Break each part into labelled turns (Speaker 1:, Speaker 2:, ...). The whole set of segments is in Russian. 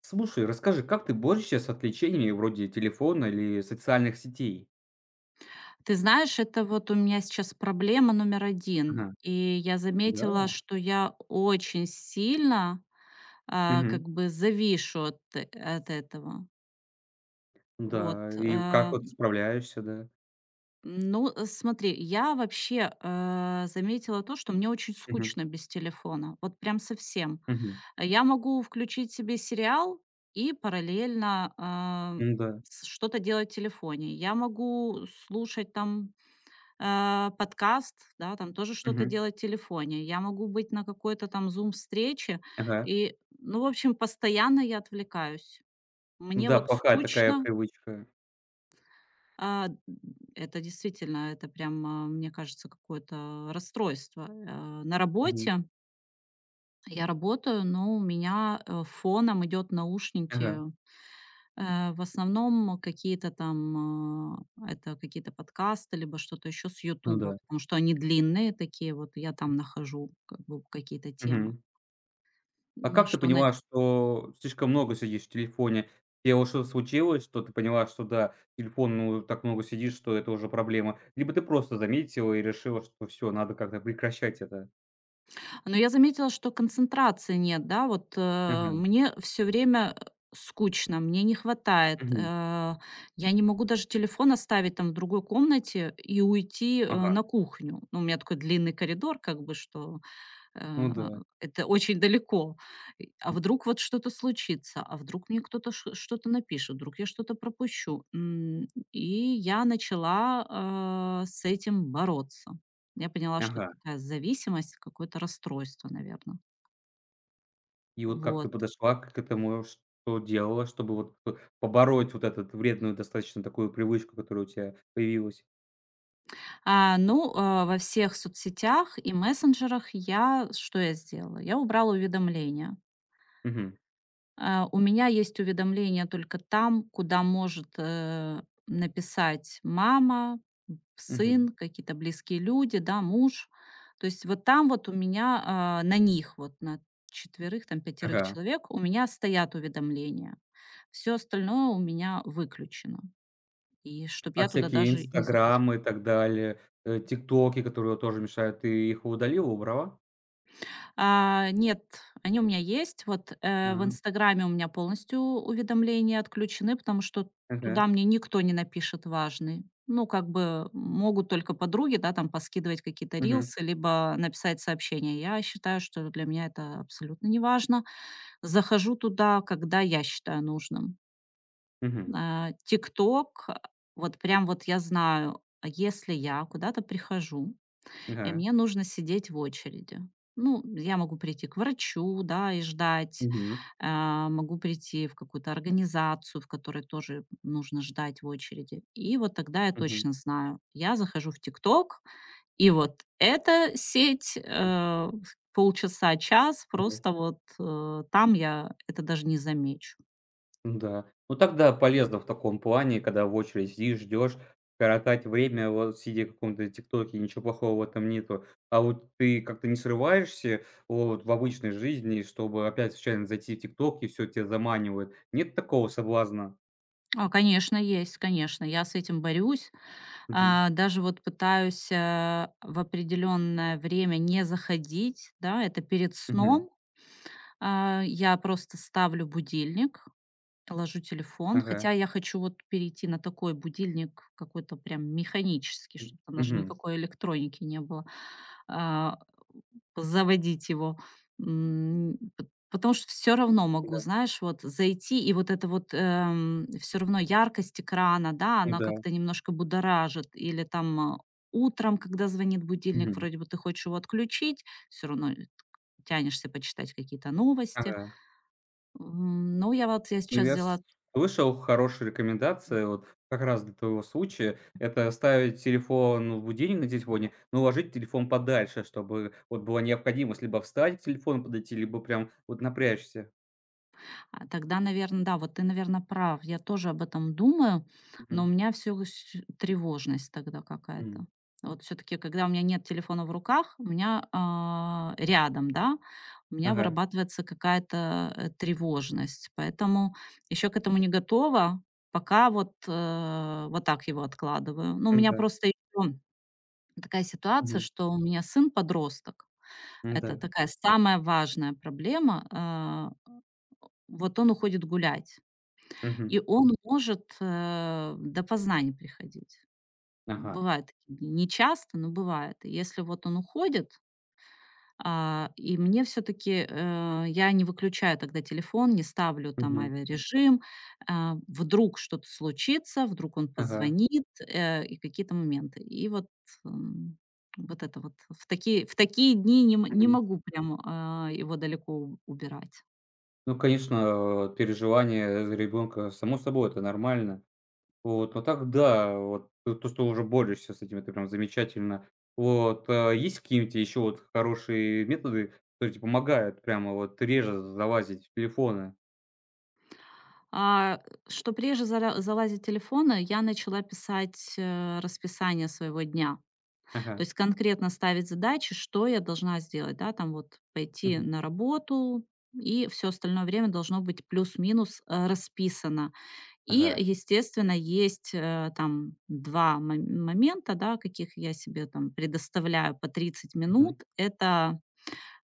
Speaker 1: Слушай, расскажи, как ты борешься с отвлечениями вроде телефона или социальных сетей?
Speaker 2: Ты знаешь, это вот у меня сейчас проблема номер один,
Speaker 1: Ага,
Speaker 2: и я
Speaker 1: да?
Speaker 2: заметила, что я очень сильно,
Speaker 1: Мгм.
Speaker 2: как бы завишу от этого. Вот,
Speaker 1: Да, и как
Speaker 2: э.
Speaker 1: вот справляешься, да?
Speaker 2: Ну, смотри, я вообще, заметила то, что мне очень
Speaker 1: Мгм,
Speaker 2: скучно без телефона. Вот прям совсем.
Speaker 1: мгм.
Speaker 2: А я могу включить себе сериал и параллельно, а,
Speaker 1: Ну да.
Speaker 2: с что-то делать в телефоне. Я могу слушать там подкаст, да, там тоже что-то
Speaker 1: Мгм.
Speaker 2: делать в телефоне. Я могу быть на какой-то там зум-встрече.
Speaker 1: Ага.
Speaker 2: И, ну, в общем, постоянно я отвлекаюсь.
Speaker 1: Ну
Speaker 2: Мне
Speaker 1: да,
Speaker 2: вот
Speaker 1: плохая такая
Speaker 2: скучно.
Speaker 1: привычка.
Speaker 2: а, это действительно, это прям, мне кажется, какое-то расстройство. На
Speaker 1: Мгм.
Speaker 2: работе я работаю, но у меня фоном идет наушники.
Speaker 1: Ага.
Speaker 2: В основном какие-то там, это какие-то подкасты, либо что-то еще с
Speaker 1: Ну
Speaker 2: "Ютуба",
Speaker 1: да.
Speaker 2: потому что они длинные такие, вот я там нахожу как бы какие-то темы.
Speaker 1: Мгм. А
Speaker 2: На
Speaker 1: как ты
Speaker 2: что на
Speaker 1: поняла, что слишком много сидишь в телефоне? У вот что-то случилось, что ты поняла, что да, телефон, ну, так много сидишь, что это уже проблема? Либо ты просто заметила и решила, что все, надо как-то прекращать это?
Speaker 2: но я заметила, что концентрации нет, да, вот,
Speaker 1: Ага.
Speaker 2: мне все время, скучно, мне не хватает,
Speaker 1: Мгм.
Speaker 2: я не могу даже телефон оставить там в другой комнате и уйти,
Speaker 1: Ага,
Speaker 2: на кухню. Ну, у меня такой длинный коридор, как бы, что
Speaker 1: ну
Speaker 2: А,
Speaker 1: да.
Speaker 2: это очень далеко. И
Speaker 1: М,
Speaker 2: вдруг вот что-то случится? А вдруг мне кто-то что-то напишет? Вдруг я что-то пропущу? И я начала с этим бороться. Я поняла, что это
Speaker 1: ага.
Speaker 2: такая зависимость, какое-то расстройство, наверное.
Speaker 1: И вот как ты
Speaker 2: Вот.
Speaker 1: подошла к этому? Что делала, чтобы вот п побороть вот этот вредную достаточно такую привычку, которая у тебя появилась?
Speaker 2: Ну, во всех соцсетях и мессенджерах что я сделала? Я убрала уведомления.
Speaker 1: Мгм,
Speaker 2: У меня есть уведомление только там, куда может, написать мама, сын,
Speaker 1: мгм.
Speaker 2: какие-то близкие люди, да, муж. То есть вот там вот у меня, на них, вот на четверых, там пятерых
Speaker 1: Ага.
Speaker 2: человек у меня стоят уведомления. Все остальное у меня выключено. И чтобы
Speaker 1: А
Speaker 2: я туда
Speaker 1: всякие
Speaker 2: даже и не заходила.
Speaker 1: "Инстаграмы" и так далее, "Тиктоки", которые вот тоже мешают, ты их удалила, убрала?
Speaker 2: Нет, они у меня есть. Вот, в
Speaker 1: А,
Speaker 2: "Инстаграме" у меня полностью уведомления отключены, потому что туда
Speaker 1: ага.
Speaker 2: мне никто не напишет важный. Ну, как бы могут только подруги, да, там поскидывать какие-то
Speaker 1: Мгм,
Speaker 2: рилсы, либо написать сообщение. Я считаю, что для меня это абсолютно неважно. Захожу туда, когда я считаю нужным.
Speaker 1: мгм.
Speaker 2: "Тикток", вот прям вот я знаю, а если я куда-то прихожу и
Speaker 1: Ага.
Speaker 2: мне нужно сидеть в очереди. Ну, я могу прийти к врачу, да, и ждать,
Speaker 1: Мгм,
Speaker 2: могу прийти в какую-то организацию, в которой тоже нужно ждать в очереди. И вот тогда я
Speaker 1: мгм,
Speaker 2: точно знаю, я захожу в ТикТок, и вот эта сеть
Speaker 1: м,
Speaker 2: полчаса, час, просто вот там я это даже не замечу.
Speaker 1: да. Ну, тогда полезно в таком плане, когда в очередь сидишь, ждешь, коротать время, вот сидя в каком-то "Тиктоке", ничего плохого в этом нету. А вот ты как-то не срываешься вот в обычной жизни, чтобы опять случайно зайти в "Тикток", и всё тебя заманивает. Нет такого соблазна?
Speaker 2: Конечно, есть, конечно, я с этим борюсь.
Speaker 1: Мгм.
Speaker 2: Даже вот пытаюсь, в определенное время не заходить, да, это перед
Speaker 1: Мгм.
Speaker 2: сном. Я просто ставлю будильник, ложу телефон,
Speaker 1: Ага.
Speaker 2: хотя я хочу вот перейти на такой будильник какой-то прям механический,
Speaker 1: М.
Speaker 2: чтобы там даже
Speaker 1: Мгм.
Speaker 2: никакой электроники не было. А, Заводить его. Потому что все равно могу,
Speaker 1: Да.
Speaker 2: знаешь, вот зайти, и вот это вот, все равно яркость экрана, да,
Speaker 1: Ну
Speaker 2: она
Speaker 1: да.
Speaker 2: как-то немножко будоражит. Или там, утром, когда звонит будильник,
Speaker 1: Мгм.
Speaker 2: вроде бы ты хочешь его отключить, все равно, тянешься почитать какие-то новости.
Speaker 1: Ага.
Speaker 2: Но я
Speaker 1: Ну,
Speaker 2: сейчас
Speaker 1: я с
Speaker 2: взяла.
Speaker 1: слышал хорошие рекомендации, вот как раз для твоего случая. Это ставить телефон в будильник на телефоне, но уложить телефон подальше, чтобы вот была необходимость либо встать к телефону, подойти, либо прям вот напрячься.
Speaker 2: А тогда, наверное, да, вот ты, наверное, прав. Я тоже об этом думаю, но у
Speaker 1: Мгм.
Speaker 2: меня все тревожность тогда какая-то.
Speaker 1: М.
Speaker 2: Вот все таки когда у меня нет телефона в руках, у меня, рядом, да, у меня
Speaker 1: Ага.
Speaker 2: вырабатывается какая-то, тревожность. Поэтому еще к этому не готова. Пока вот, вот так его откладываю. Ну, у меня
Speaker 1: Да.
Speaker 2: просто еще такая ситуация, что у меня сын подросток. Это
Speaker 1: Да.
Speaker 2: такая самая важная проблема. Вот он уходит гулять. И он может, допоздна не приходить.
Speaker 1: Ага.
Speaker 2: Бывают такие дни. Не часто, но бывает. И если вот он уходит, и мне все-таки, я не выключаю тогда телефон, не ставлю там
Speaker 1: Мгм.
Speaker 2: авиарежим. Вдруг что-то случится, вдруг он
Speaker 1: Ага.
Speaker 2: позвонит, и какие-то моменты. И вот, м, вот это вот в такие, дни не
Speaker 1: Мгм.
Speaker 2: могу прям его далеко убирать.
Speaker 1: Ну, конечно, переживания за ребенка, само собой, это нормально. Вот, а так да, вот что уже борешься с этим, это прям замечательно. Вот, а есть какие-нибудь еще вот хорошие методы, которые тебе помогают прямо вот реже залазить в телефоны?
Speaker 2: А, что прежде заля залазить в Я начала писать, расписание своего дня. То
Speaker 1: Ага.
Speaker 2: есть конкретно ставить задачи, что я должна сделать, да, там вот пойти
Speaker 1: Мгм.
Speaker 2: на работу, и все остальное время должно быть плюс-минус, расписано. И,
Speaker 1: Ага.
Speaker 2: естественно, есть, там 2 момента, да, каких я себе там предоставляю по тридцать
Speaker 1: Мгм.
Speaker 2: минут. Это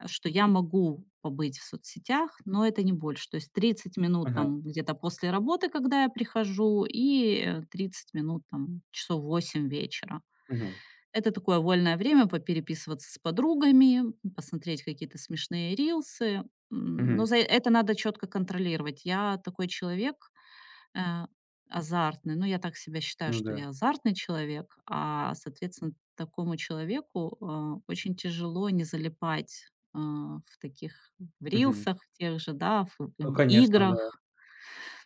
Speaker 2: что я могу побыть в соцсетях, но это не больше. То есть 30 минут
Speaker 1: Ага.
Speaker 2: там где-то после работы, когда я прихожу, и 30 минут там часов 8 вечера.
Speaker 1: Мгм.
Speaker 2: Это такое вольное время попереписываться с подругами, посмотреть какие-то смешные рилсы.
Speaker 1: Мгм.
Speaker 2: Но за это надо четко контролировать. Я такой человек, Э, азартный. Ну, я так себя считаю,
Speaker 1: Ну
Speaker 2: что
Speaker 1: да.
Speaker 2: я азартный человек, соответственно, такому человеку, очень тяжело не залипать, а, в таких в
Speaker 1: Мгм.
Speaker 2: рилсах в тех же, да, ф
Speaker 1: Ну,
Speaker 2: в
Speaker 1: конечно, да.
Speaker 2: играх.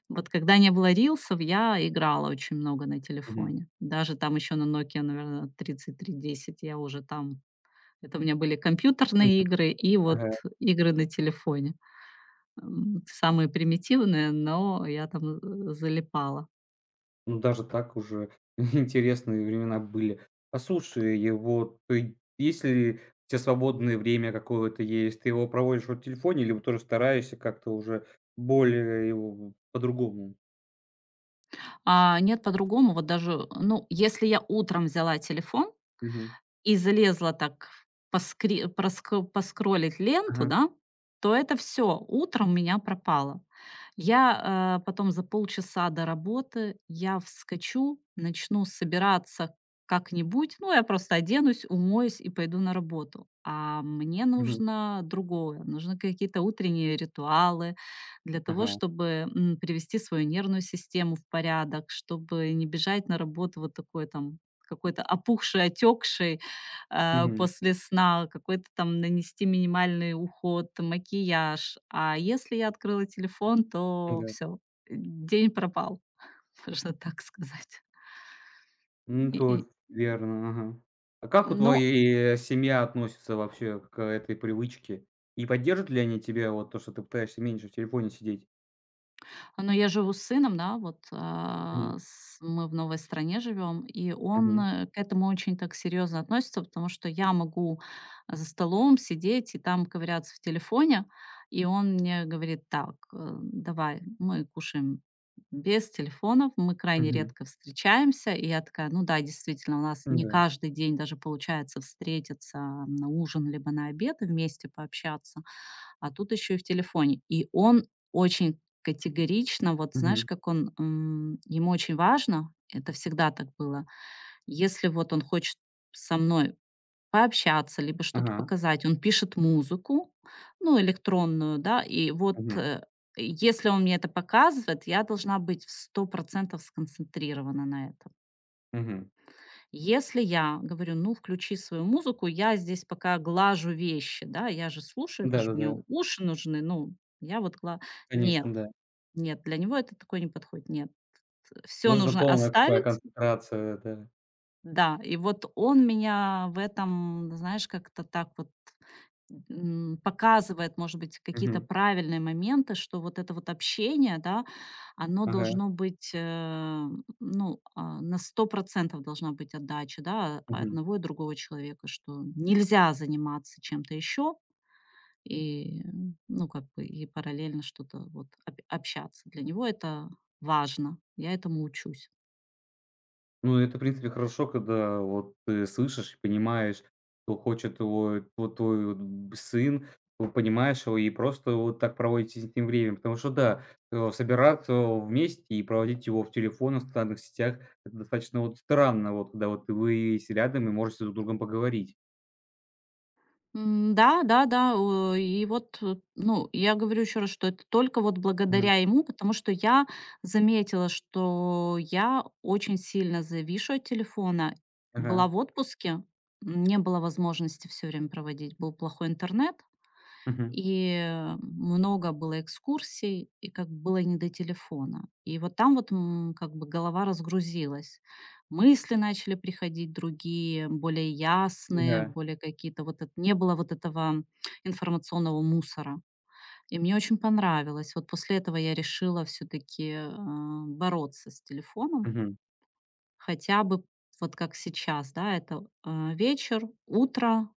Speaker 2: Вот когда не было рилсов, я играла очень много на
Speaker 1: Мгм.
Speaker 2: телефоне. Даже там еще на Nokia, наверное, 3310, я уже там это у меня были компьютерные
Speaker 1: Мгм.
Speaker 2: игры и вот
Speaker 1: Ага.
Speaker 2: игры на телефоне. Самые примитивные, но я там, залипала.
Speaker 1: Ну, даже так уже интересные времена были. А слушай, и вот ты, если у тя свободное время какое-то есть, ты его проводишь вот в телефоне либо тоже стараешься как-то уже более его по-другому?
Speaker 2: Нет, по-другому. Вот даже, ну, если я утром взяла телефон,
Speaker 1: Мгм.
Speaker 2: и залезла так поскри проско поскроллить ленту,
Speaker 1: Ага.
Speaker 2: да, то это все. Утром у меня пропало. Потом за полчаса до работы я вскочу, начну собираться как-нибудь. Ну, я просто оденусь, умоюсь и пойду на работу. А мне
Speaker 1: Мгм.
Speaker 2: нужно другое. Нужны какие-то утренние ритуалы для того,
Speaker 1: Ага.
Speaker 2: чтобы, привести свою нервную систему в порядок, чтобы не бежать на работу вот такой там какой-то опухший, отекший
Speaker 1: Мгм.
Speaker 2: после сна, какой-то там нанести минимальный уход, макияж. А если я открыла телефон, то
Speaker 1: Да.
Speaker 2: все день пропал, можно так сказать.
Speaker 1: Ну,
Speaker 2: И и,
Speaker 1: то
Speaker 2: м,
Speaker 1: верно. Ага. А как вот
Speaker 2: ну,
Speaker 1: твоя семья относится вообще к этой привычке? И поддержат ли они тебя, вот то, что ты пытаешься меньше в телефоне сидеть?
Speaker 2: Но я живу с сыном, да, вот,
Speaker 1: Мгм.
Speaker 2: а, с мы в новой стране живем, и он,
Speaker 1: Мгм.
Speaker 2: к этому очень так серьезно относится, потому что я могу за столом сидеть и там ковыряться в телефоне, и он мне говорит: "Так, давай, мы кушаем без телефонов, мы крайне
Speaker 1: Мгм.
Speaker 2: редко встречаемся". И я такая: "Ну да, действительно, у нас не
Speaker 1: Да.
Speaker 2: каждый день даже получается встретиться на ужин либо на обед и вместе пообщаться, а тут еще и в телефоне". И он очень категорично, вот знаешь,
Speaker 1: Мгм.
Speaker 2: как он, ему очень важно, это всегда так было. Если вот он хочет со мной пообщаться, либо что-то
Speaker 1: Ага.
Speaker 2: показать, он пишет музыку, ну, электронную, да, и вот
Speaker 1: Мгм,
Speaker 2: если он мне это показывает, я должна быть в 100% сконцентрирована на этом.
Speaker 1: мгм.
Speaker 2: Если я говорю, ну, включи свою музыку, я здесь пока глажу вещи, да, я же слушаю, это же мне
Speaker 1: Да-да-да,
Speaker 2: уши нужны, ну, я вот. Нет,
Speaker 1: конечно, да.
Speaker 2: нет, для него это такое не подходит, нет. Все
Speaker 1: Нужна
Speaker 2: нужно
Speaker 1: полная такая
Speaker 2: оставить,
Speaker 1: концентрация, да.
Speaker 2: да. И вот он меня в этом, знаешь, как-то так вот, показывает, может быть, какие-то
Speaker 1: Мгм.
Speaker 2: правильные моменты, что вот это вот общение, да, оно
Speaker 1: Ага,
Speaker 2: должно быть, ну, на 100% должна быть отдача, да,
Speaker 1: мгм.
Speaker 2: одного и другого человека, что нельзя заниматься чем-то еще и, ну, как бы и параллельно что-то вот об общаться. Для него это важно. Я этому учусь.
Speaker 1: Ну, это, в принципе, хорошо, когда вот ты слышишь и понимаешь, что хочет его вот твой вот б сын, вот понимаешь его, и просто вот так проводите с ним время. Потому что, да, собираться вместе и проводить его в телефонах, в социальных сетях — это достаточно вот странно, вот когда вот вы есть рядом и можете друг с другом поговорить.
Speaker 2: Да, да-да, и вот, ну, я говорю еще раз, что это только вот
Speaker 1: Мгм.
Speaker 2: благодаря ему, потому что я заметила, что я очень сильно завишу от телефона. Была
Speaker 1: Ага.
Speaker 2: в отпуске, не было возможности все время проводить, был плохой интернет.
Speaker 1: Мгм.
Speaker 2: И много было экскурсий, и как бы было не до телефона. И вот там вот, как бы голова разгрузилась. Мысли начали приходить другие, более ясные,
Speaker 1: Да.
Speaker 2: более какие-то вот эт не было вот этого информационного мусора. И мне очень понравилось. Вот после этого я решила все таки бороться с телефоном.
Speaker 1: Мгм.
Speaker 2: Хотя бы вот как сейчас, да, это, вечер, утро.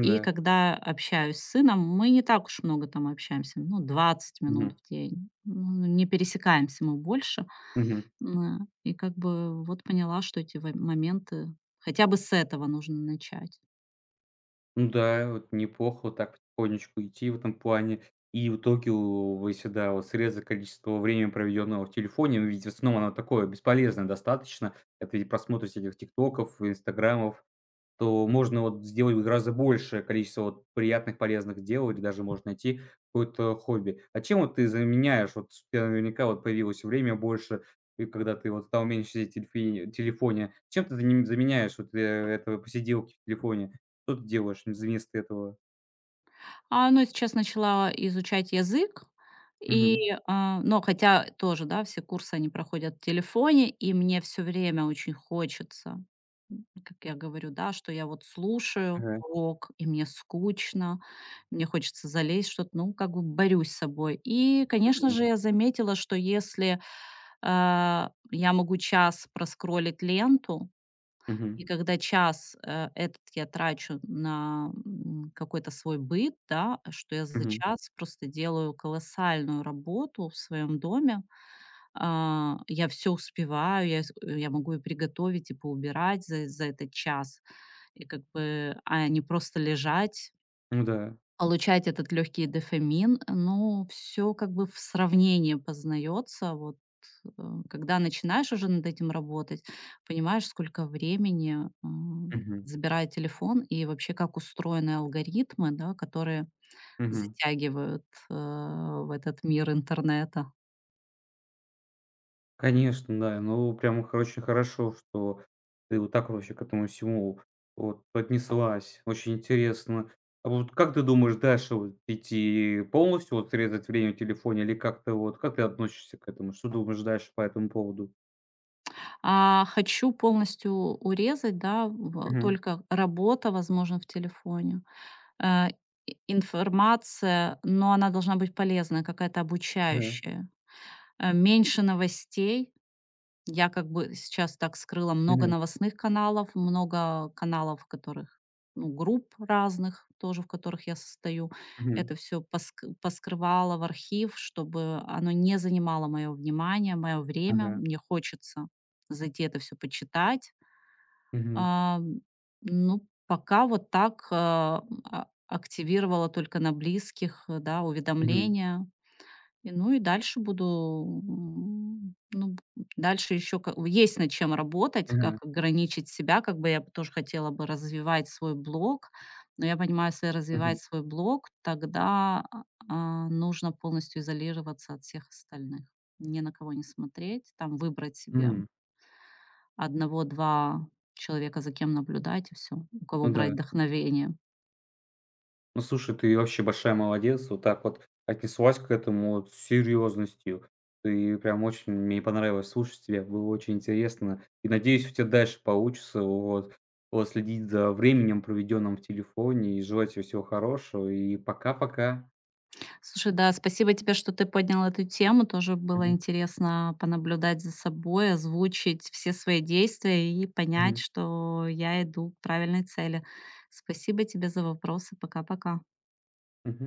Speaker 2: И когда общаюсь с сыном, мы не так уж много там общаемся, ну, 20 минут в день. Ну, не пересекаемся мы больше.
Speaker 1: Мгм.
Speaker 2: И как бы вот поняла, что эти во моменты хотя бы с этого нужно начать.
Speaker 1: Ну да, вот неплохо вот так потихонечку идти в этом плане. И в итоге у вы всегда вот срезы количества времени, проведенного в телефоне, ведь в основном оно такое бесполезное достаточно. Это и просмотр всяких тиктоков, инстаграмов. То можно вот сделать гораздо большее количество вот приятных, полезных дел или даже, может, найти какое-то хобби. А чем вот ты заменяешь? Вот у тебя наверняка вот появилось время больше, и когда ты вот стал меньше сидеть в телефи телефоне. Чем ты заним заменяешь вот, это посиделки в телефоне? Что ты делаешь вместо этого?
Speaker 2: Ну, я сейчас начала изучать язык, и,
Speaker 1: Мгм.
Speaker 2: но хотя тоже, да, все курсы, они проходят в телефоне, и мне все время очень хочется, как я говорю, да, что я вот слушаю
Speaker 1: Ага.
Speaker 2: урок, и мне скучно, мне хочется залезть, что-то, ну, как бы борюсь с собой. И, конечно
Speaker 1: Мгм.
Speaker 2: же, я заметила, что если, я могу час проскролить ленту,
Speaker 1: Мгм.
Speaker 2: и когда час, этот я трачу на, какой-то свой быт, да, что я за
Speaker 1: Мгм.
Speaker 2: час просто делаю колоссальную работу в своем доме. Я все успеваю, я могу и приготовить, и поубирать за этот час. И как бы, не просто лежать,
Speaker 1: Ну да.
Speaker 2: получать этот легкий дофамин. Ну, все как бы в сравнении познается. Вот, э, когда начинаешь уже над этим работать, понимаешь, сколько времени
Speaker 1: Мгм.
Speaker 2: забирает телефон и вообще как устроены алгоритмы, да, которые
Speaker 1: Мгм.
Speaker 2: затягивают в этот мир интернета.
Speaker 1: Конечно, да. Ну, прям, очень хорошо, что ты вот так вообще к этому всему вот поднеслась. Очень интересно. А вот как ты думаешь дальше вот идти полностью вот срезать время в телефоне или как ты относишься к этому? Что думаешь дальше по этому поводу?
Speaker 2: Хочу полностью урезать, да,
Speaker 1: Мгм.
Speaker 2: только работа, возможно, в телефоне. Э, Информация, но она должна быть полезная, какая-то
Speaker 1: Ага.
Speaker 2: обучающая. Меньше новостей. Я как бы сейчас так скрыла много
Speaker 1: Мгм.
Speaker 2: новостных каналов, много каналов, в которых, ну, групп разных тоже, в которых я состою.
Speaker 1: Мгм.
Speaker 2: Это все поскрывала в архив, чтобы оно не занимало моё внимание, моё время.
Speaker 1: Ага.
Speaker 2: Мне хочется зайти это все почитать.
Speaker 1: Мгм.
Speaker 2: Ам, ну, пока вот так, активировала только на близких, да,
Speaker 1: Мгм.
Speaker 2: уведомления. Дальше буду, ну, б дальше еще есть над чем работать, как
Speaker 1: Ага.
Speaker 2: ограничить себя. Как бы я бы тоже хотела бы развивать свой блог, но я понимаю, если
Speaker 1: Мгм.
Speaker 2: развивать свой блог, тогда, нужно полностью изолироваться от всех остальных. Ни на кого не смотреть, там выбрать себе
Speaker 1: М.
Speaker 2: одного-два человека, за кем наблюдать, и все, у кого
Speaker 1: Ну
Speaker 2: брать
Speaker 1: да.
Speaker 2: вдохновение.
Speaker 1: Ну, слушай, ты вообще большая молодец. Вот так вот отнеслась к этому вот с серьезностью. Ты прям очень мне понравилось слушать тебя, было очень интересно. И надеюсь, у тебя дальше получится вот, вот следить за временем, проведенным в телефоне. И желать тебе всего хорошего. И пока-пока.
Speaker 2: Слушай, да, спасибо тебе, что ты поднял эту тему. Тоже было
Speaker 1: Мгм,
Speaker 2: интересно понаблюдать за собой, озвучить все свои действия и понять,
Speaker 1: мгм,
Speaker 2: что я иду к правильной цели. Спасибо тебе за вопросы. Пока-пока.
Speaker 1: мгм.